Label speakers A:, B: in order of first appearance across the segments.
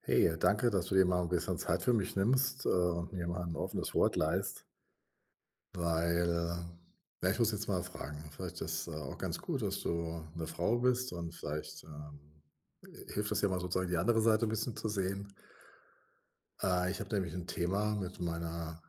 A: Hey, danke, dass du dir mal ein bisschen Zeit für mich nimmst, und mir mal ein offenes Wort leist. Weil ja, ich muss jetzt mal fragen. Vielleicht ist, auch ganz gut, dass du eine Frau bist und vielleicht, hilft das ja mal sozusagen, die andere Seite ein bisschen zu sehen. Ich habe nämlich ein Thema mit meiner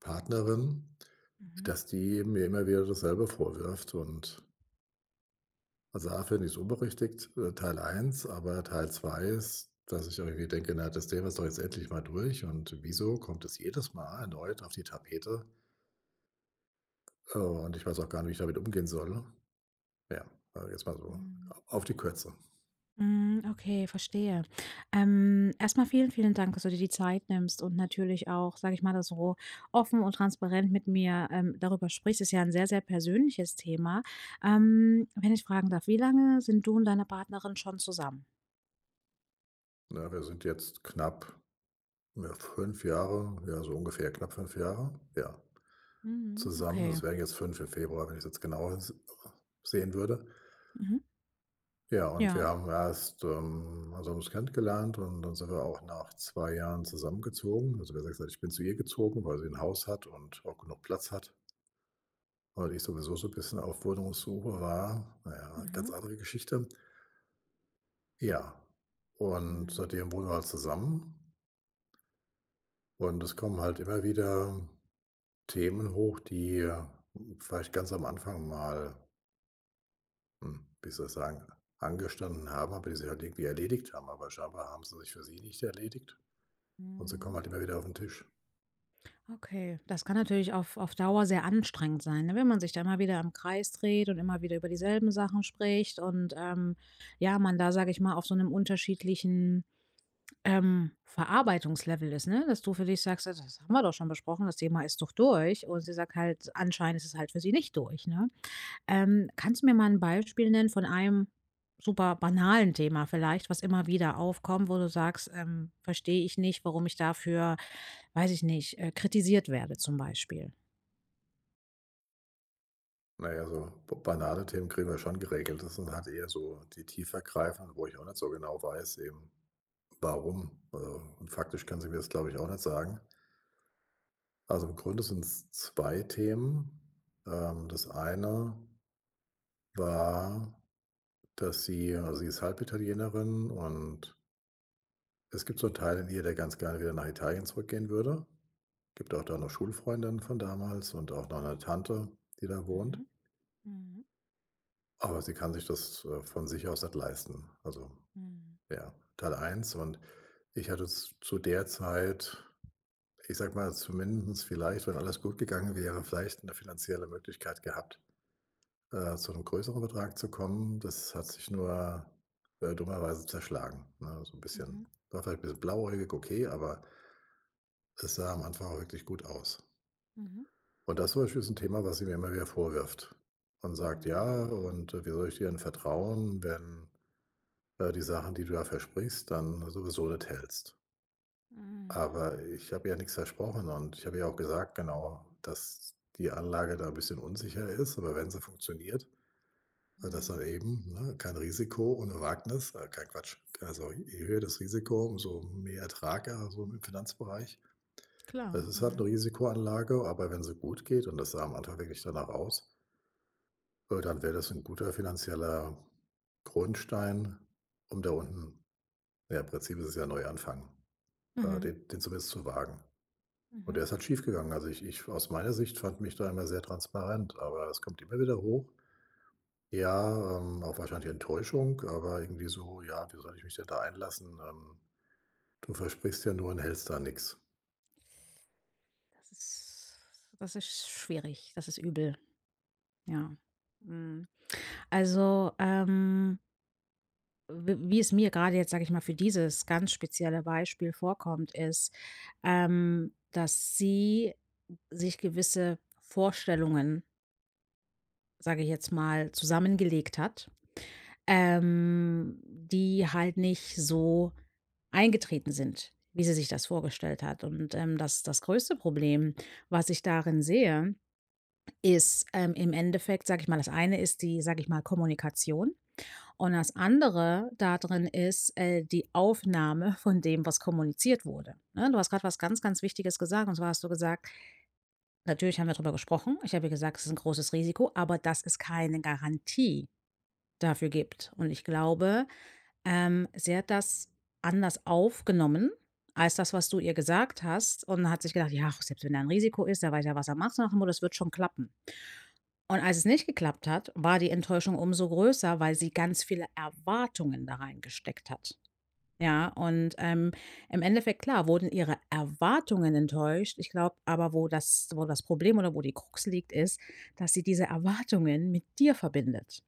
A: Partnerin,
B: Mhm.
A: dass die mir immer wieder dasselbe vorwirft. Und also, A finde ich's unberechtigt, Teil eins, aber Teil 2 ist, dass ich irgendwie denke: „Na, das Thema ist doch jetzt endlich mal durch und wieso kommt es jedes Mal erneut auf die Tapete?" Und ich weiß auch gar nicht, wie ich damit umgehen soll. Ja, also jetzt mal so
B: Mhm.
A: auf die Kürze,
B: Hm, okay, verstehe. Erst vielen, vielen Dank, dass du dir die Zeit nimmst und natürlich auch, sage ich mal, das so offen und transparent mit mir, darüber sprichst. Ist ja ein sehr, sehr persönliches Thema. Wenn ich fragen darf, wie lange sind du und deine Partnerin schon zusammen?
A: ne? Wir sind jetzt knapp, ja, 5 Jahre, ja, so ungefähr knapp 5 Jahre, ja,
B: Mhm,
A: zusammen. Also,
B: okay.
A: es wären jetzt 5 im Februar, wenn ich's jetzt genau s sehen würde.
B: Mhm.
A: Ja, und wir
B: Ja.
A: haben erst also, haben uns kennengelernt und dann sind wir auch nach 2 Jahren zusammengezogen. Also, besser gesagt, ich bin zu ihr gezogen, weil sie ein Haus hat und auch genug Platz hat, weil ich sowieso so ein bisschen auf Wohnungssuche war. Naja, ganz
B: Mhm.
A: andere Geschichte. Ja, und
B: Mhm.
A: seitdem wohnen wir halt zusammen und es kommen halt immer wieder Themen hoch, die vielleicht ganz am Anfang mal, hm, wie soll ich sagen, angestanden haben, aber die sich halt irgendwie erledigt haben. Aber scheinbar haben sie sich für sie nicht erledigt. Und so kommen
B: Mhm.
A: halt immer wieder auf den Tisch.
B: Okay, das kann natürlich auf Dauer sehr anstrengend sein, ne, wenn man sich da immer wieder im Kreis dreht und immer wieder über dieselben Sachen spricht und, ja, man da, sage ich mal, auf so einem unterschiedlichen, Verarbeitungslevel ist, ne? Dass du für dich sagst: „Ja, das haben wir doch schon besprochen, das Thema ist doch durch.“ Und sie sagt halt, anscheinend ist es halt für sie nicht durch, ne? Kannst du mir mal ein Beispiel nennen von einem super banalen Thema vielleicht, was immer wieder aufkommt, wo du sagst: Verstehe ich nicht, warum ich dafür weiß ich nicht, kritisiert werde zum Beispiel.
A: Na ja, so b banale Themen kriegen wir schon geregelt. Das sind halt eher so die tiefergreifenden, wo ich auch nicht so genau weiß eben, warum. Also, und faktisch kann sie mir das, glaube ich, auch nicht sagen. Also, im Grunde sind's 2 Themen. Das eine war, dass sie also, sie ist Halbitalienerin und es gibt so einen Teil in ihr, der ganz gerne wieder nach Italien zurückgehen würde. Gibt auch da noch Schulfreundinnen von damals und auch noch eine Tante, die da wohnt.
B: Mhm, mhm,
A: Aber sie kann sich das, von sich aus nicht leisten. Also,
B: mhm,
A: ja, Teil eins. Und ich hatte z zu der Zeit, ich sag mal, zumindest vielleicht, wenn alles gut gegangen wäre, vielleicht eine finanzielle Möglichkeit gehabt, zu einem größeren Betrag zu kommen. Das hat sich nur, dummerweise zerschlagen, ne? So ein
B: mhm,
A: bisschen war vielleicht ein bisschen blauäugig, okay, aber es sah am Anfang auch wirklich gut aus.
B: mhm,
A: Und das zum Beispiel ist ein Thema, was sie mir immer wieder vorwirft und sagt: „Ja,
B: mhm,
A: und wie soll ich dir denn vertrauen, wenn die Sachen, die du da versprichst, dann sowieso nicht hältst. Aber
B: mhm,
A: ich habe ja nichts versprochen und ich habe ja auch gesagt, genau, dass die Anlage da ein bisschen unsicher ist, aber wenn sie funktioniert, dass
B: mhm.
A: dann eben, ne, kein Risiko ohne Wagnis kein Quatsch, also je höher das Risiko, umso mehr Ertrag, so im Finanzbereich.
B: Klar.
A: Das ist halt eine
B: Mhm,
A: Risikoanlage, aber wenn sie gut geht und das sah am Anfang wirklich danach aus, dann wäre das ein guter finanzieller Grundstein, um da unten ja, im Prinzip ist es ja Neuanfang. äh,
B: mhm,
A: den den zumindest zu wagen. Und
B: mhm.
A: der ist halt schiefgegangen. Also, ich aus meiner Sicht fand mich da immer sehr transparent, aber es kommt immer wieder hoch. Ja, auch wahrscheinlich Enttäuschung, aber irgendwie so: „Ja, wie soll ich mich denn da einlassen? Du versprichst ja nur und hältst da nichts.
B: Das ist das ist schwierig, das ist übel, ja. Mhm. Also, w wie es mir gerade jetzt, sage ich mal, für dieses ganz spezielle Beispiel vorkommt, ist, dass sie sich gewisse Vorstellungen, sage ich jetzt mal, zusammengelegt hat, die halt nicht so eingetreten sind, wie sie sich das vorgestellt hat. Und, das größte Problem, was ich darin sehe, ist, im Endeffekt, sage ich mal, das eine ist die, sage ich mal, Kommunikation und das andere darin ist, die Aufnahme von dem, was kommuniziert wurde, ne? Du hast gerade was ganz, ganz Wichtiges gesagt und zwar hast du gesagt: „Natürlich haben wir darüber gesprochen. Ich habe ihr gesagt, es ist ein großes Risiko, aber dass es keine Garantie dafür gibt.“ Und ich glaube, sie hat das anders aufgenommen als das, was du ihr gesagt hast, und hat sich gedacht: „Ja, ach, selbst wenn da ein Risiko ist, der weiß ja, was er macht“, so nach dem Motto: „Das wird schon klappen.“ Und als es nicht geklappt hat, war die Enttäuschung umso größer, weil sie ganz viele Erwartungen da reingesteckt hat. Ja, und, im Endeffekt, klar, wurden ihre Erwartungen enttäuscht. Ich glaube aber, wo das Problem oder wo die Krux liegt, ist, dass sie diese Erwartungen mit dir verbindet.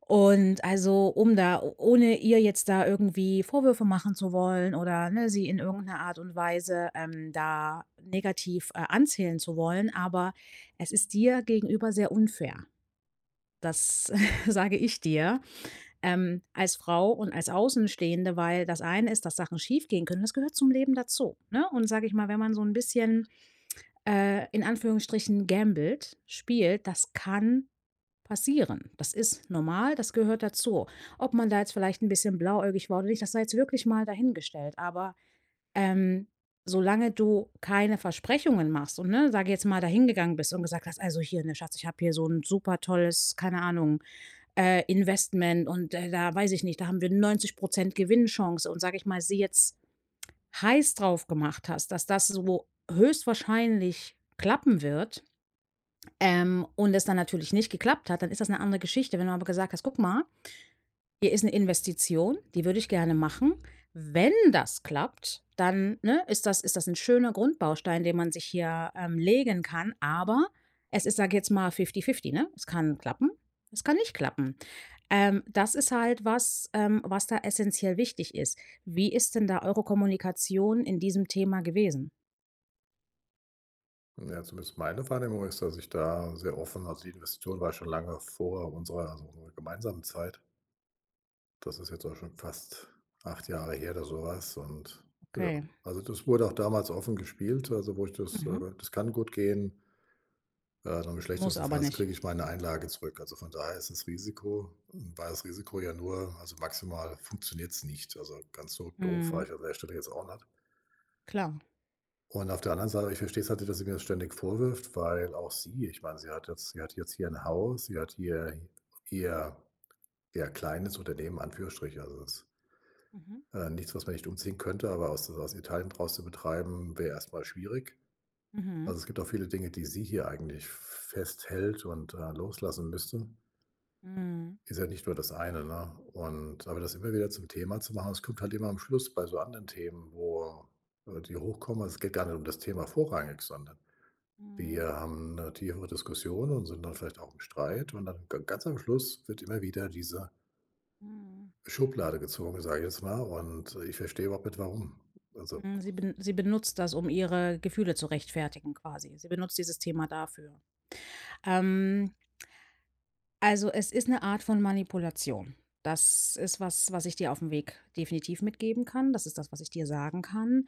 B: Und also, um da ohne ihr jetzt da irgendwie Vorwürfe machen zu wollen oder, ne, sie in irgendeiner Art und Weise, da negativ, anzählen zu wollen, aber es ist dir gegenüber sehr unfair. Das sage ich dir, als Frau und als Außenstehende, weil das eine ist, dass Sachen schiefgehen können, das gehört zum Leben dazu, ne? Und sage ich mal, wenn man so ein bisschen, in Anführungsstrichen gambelt, spielt, das kann passieren. Das ist normal, das gehört dazu. Ob man da jetzt vielleicht ein bisschen blauäugig war oder nicht, das sei jetzt wirklich mal dahingestellt. Aber, ähm, solange du keine Versprechungen machst und, ne, sage jetzt mal, dahingegangen bist und gesagt hast: „Also hier, ne, Schatz, ich habe hier so ein super tolles, keine Ahnung, Investment und, da weiß ich nicht, da haben wir 90 Gewinnchance“ und, sage ich mal, sie jetzt heiß drauf gemacht hast, dass das so höchstwahrscheinlich klappen wird, und es dann natürlich nicht geklappt hat, dann ist das eine andere Geschichte. Wenn du aber gesagt hast: „Guck mal, hier ist eine Investition, die würde ich gerne machen. Wenn das klappt, dann, ne, ist das ein schöner Grundbaustein, den man sich hier, legen kann, aber es ist, sage jetzt mal, fifty-fifty, ne? Es kann klappen, es kann nicht klappen.“ Das ist halt was, was da essentiell wichtig ist. Wie ist denn da eure Kommunikation in diesem Thema gewesen?
A: Ja, zumindest meine Wahrnehmung ist, dass ich da sehr offen also, die Investition war schon lange vor unserer also, unserer gemeinsamen Zeit. Das ist jetzt auch schon fast 8 Jahre her oder sowas und ja,
B: Okay.
A: also, das wurde auch damals offen gespielt, also, wo ich das
B: Mhm.
A: das kann gut gehen. Und im
B: Muss
A: schlechtesten
B: aber
A: Fall
B: nicht.
A: kriege ich meine Einlage zurück. Also von daher ist das Risiko war das Risiko ja nur also maximal funktioniert's nicht. Also ganz so doof war
B: Mhm.
A: ich an der Stelle jetzt auch nicht.
B: Klar.
A: Und auf der anderen Seite, ich verstehe es halt nicht, dass sie mir das ständig vorwirft, weil auch sie ich meine, sie hat jetzt hier ein Haus, sie hat hier ihr ja, kleines Unternehmen, Anführungsstriche. Also das ist
B: Mhm.
A: nichts, was man nicht umziehen könnte, aber aus Italien draus zu betreiben, wäre erstmal schwierig.
B: Mhm.
A: Also, es gibt auch viele Dinge, die sie hier eigentlich festhält und, loslassen müsste.
B: Mhm.
A: Ist ja nicht nur das eine, ne? Und aber das immer wieder zum Thema zu machen, es kommt halt immer am Schluss bei so anderen Themen, wo, die hochkommen also, es geht gar nicht um das Thema vorrangig, sondern
B: Mhm.
A: wir haben eine tiefere Diskussion und sind dann vielleicht auch im Streit und dann ga ganz am Schluss wird immer wieder diese
B: Mhm.
A: Schublade gezogen, sage ich jetzt mal, und ich verstehe überhaupt nicht, warum. Also,
B: Mhm, sie benutzt das, um ihre Gefühle zu rechtfertigen quasi. Sie benutzt dieses Thema dafür. Ähm, also, es ist eine Art von Manipulation. Das ist was, was ich dir auf dem Weg definitiv mitgeben kann. Das ist das, was ich dir sagen kann.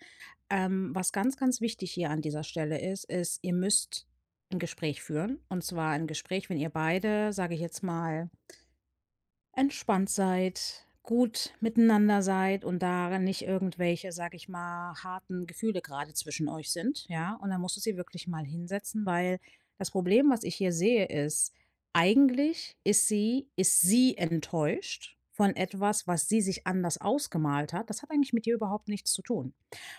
B: Was ganz, ganz wichtig hier an dieser Stelle ist, ist, ihr müsst ein Gespräch führen. Und zwar ein Gespräch, wenn ihr beide, sage ich jetzt mal, entspannt seid, gut miteinander seid und da nicht irgendwelche, sag ich mal, harten Gefühle gerade zwischen euch sind, ja? Und dann musst du sie wirklich mal hinsetzen, weil das Problem, was ich hier sehe, ist, eigentlich ist sie enttäuscht von etwas, was sie sich anders ausgemalt hat. Das hat eigentlich mit dir überhaupt nichts zu tun,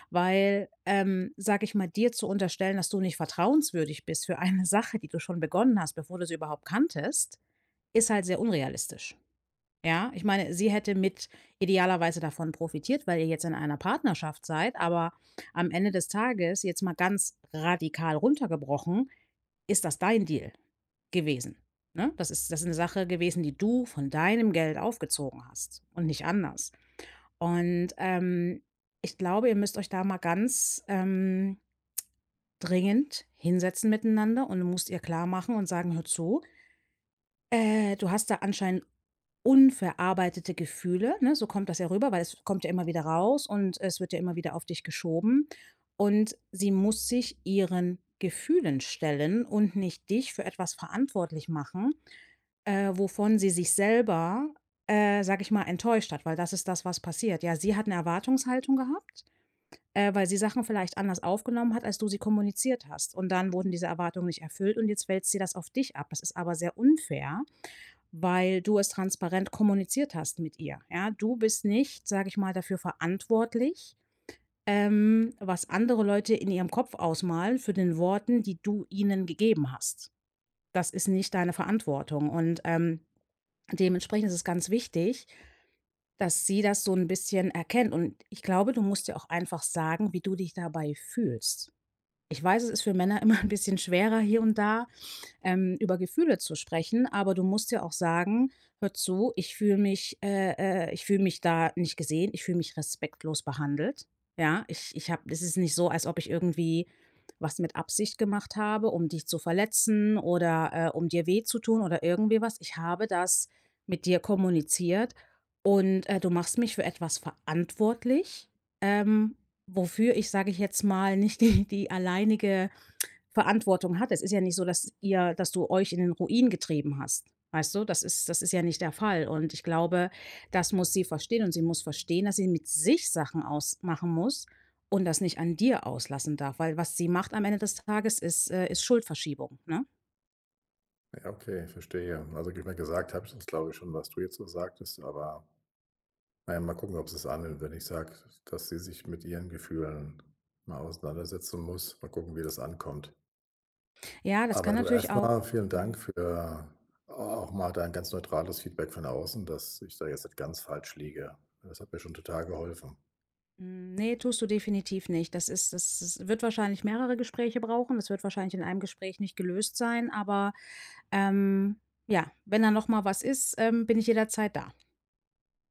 B: weil, sage ich mal, dir zu unterstellen, dass du nicht vertrauenswürdig bist für eine Sache, die du schon begonnen hast, bevor du sie überhaupt kanntest, ist halt sehr unrealistisch. Ja, ich meine, sie hätte mit idealerweise davon profitiert, weil ihr jetzt in einer Partnerschaft seid, aber am Ende des Tages, jetzt mal ganz radikal runtergebrochen, ist das dein Deal gewesen, ne? Das ist 'ne Sache gewesen, die du von deinem Geld aufgezogen hast und nicht anders. Und, ich glaube, ihr müsst euch da mal ganz, dringend hinsetzen miteinander und musst ihr klar machen und sagen: „Hör zu, du hast da anscheinend unverarbeitete Gefühle, ne? So kommt das ja rüber, weil es kommt ja immer wieder raus und es wird ja immer wieder auf dich geschoben. Und sie muss sich ihren Gefühlen stellen und nicht dich für etwas verantwortlich machen, wovon sie sich selber, sage ich mal, enttäuscht hat, weil das ist das, was passiert. Ja, sie hat eine Erwartungshaltung gehabt, weil sie Sachen vielleicht anders aufgenommen hat, als du sie kommuniziert hast. Und dann wurden diese Erwartungen nicht erfüllt und jetzt wälzt sie das auf dich ab. Das ist aber sehr unfair, weil du es transparent kommuniziert hast mit ihr. Ja, du bist nicht, sage ich mal, dafür verantwortlich, was andere Leute in ihrem Kopf ausmalen für den Worten, die du ihnen gegeben hast. Das ist nicht deine Verantwortung und dementsprechend ist es ganz wichtig, dass sie das so ein bisschen erkennt und ich glaube, du musst dir auch einfach sagen, wie du dich dabei fühlst. Ich weiß, es ist für Männer immer ein bisschen schwerer hier und da, über Gefühle zu sprechen, aber du musst ja auch sagen: „Hör zu, ich fühle mich da nicht gesehen, ich fühle mich respektlos behandelt.“ Ja, ich habe es ist nicht so, als ob ich irgendwie was mit Absicht gemacht habe, um dich zu verletzen oder, um dir weh zu tun oder irgendwie was. Ich habe das mit dir kommuniziert und, du machst mich für etwas verantwortlich, ähm, wofür ich, sage ich jetzt mal, nicht die alleinige Verantwortung hat. Es ist ja nicht so, dass ihr dass du euch in den Ruin getrieben hast. Weißt du, das ist ja nicht der Fall. Und ich glaube, das muss sie verstehen und sie muss verstehen, dass sie mit sich Sachen ausmachen muss und das nicht an dir auslassen darf, weil was sie macht am Ende des Tages ist, ist Schuldverschiebung, ne?
A: ja, okay, verstehe. Also, wie ich mir gesagt habe ich das, ist, glaube ich, schon, was du jetzt so sagtest, aber na ja, mal gucken, ob sie's annimmt, wenn ich sage, dass sie sich mit ihren Gefühlen mal auseinandersetzen muss. Mal gucken, wie das ankommt.
B: Ja, das kann
A: Aber du
B: natürlich auch.
A: erstmal vielen
B: Hm,
A: Dank für auch mal dein ganz neutrales Feedback von außen, dass ich da jetzt nicht ganz falsch liege. Das hat mir schon total geholfen.
B: hm, ne, tust du definitiv nicht. Das ist das das wird wahrscheinlich mehrere Gespräche brauchen. Das wird wahrscheinlich in einem Gespräch nicht gelöst sein, aber, ähm, ja, wenn da noch mal was ist, bin ich jederzeit da.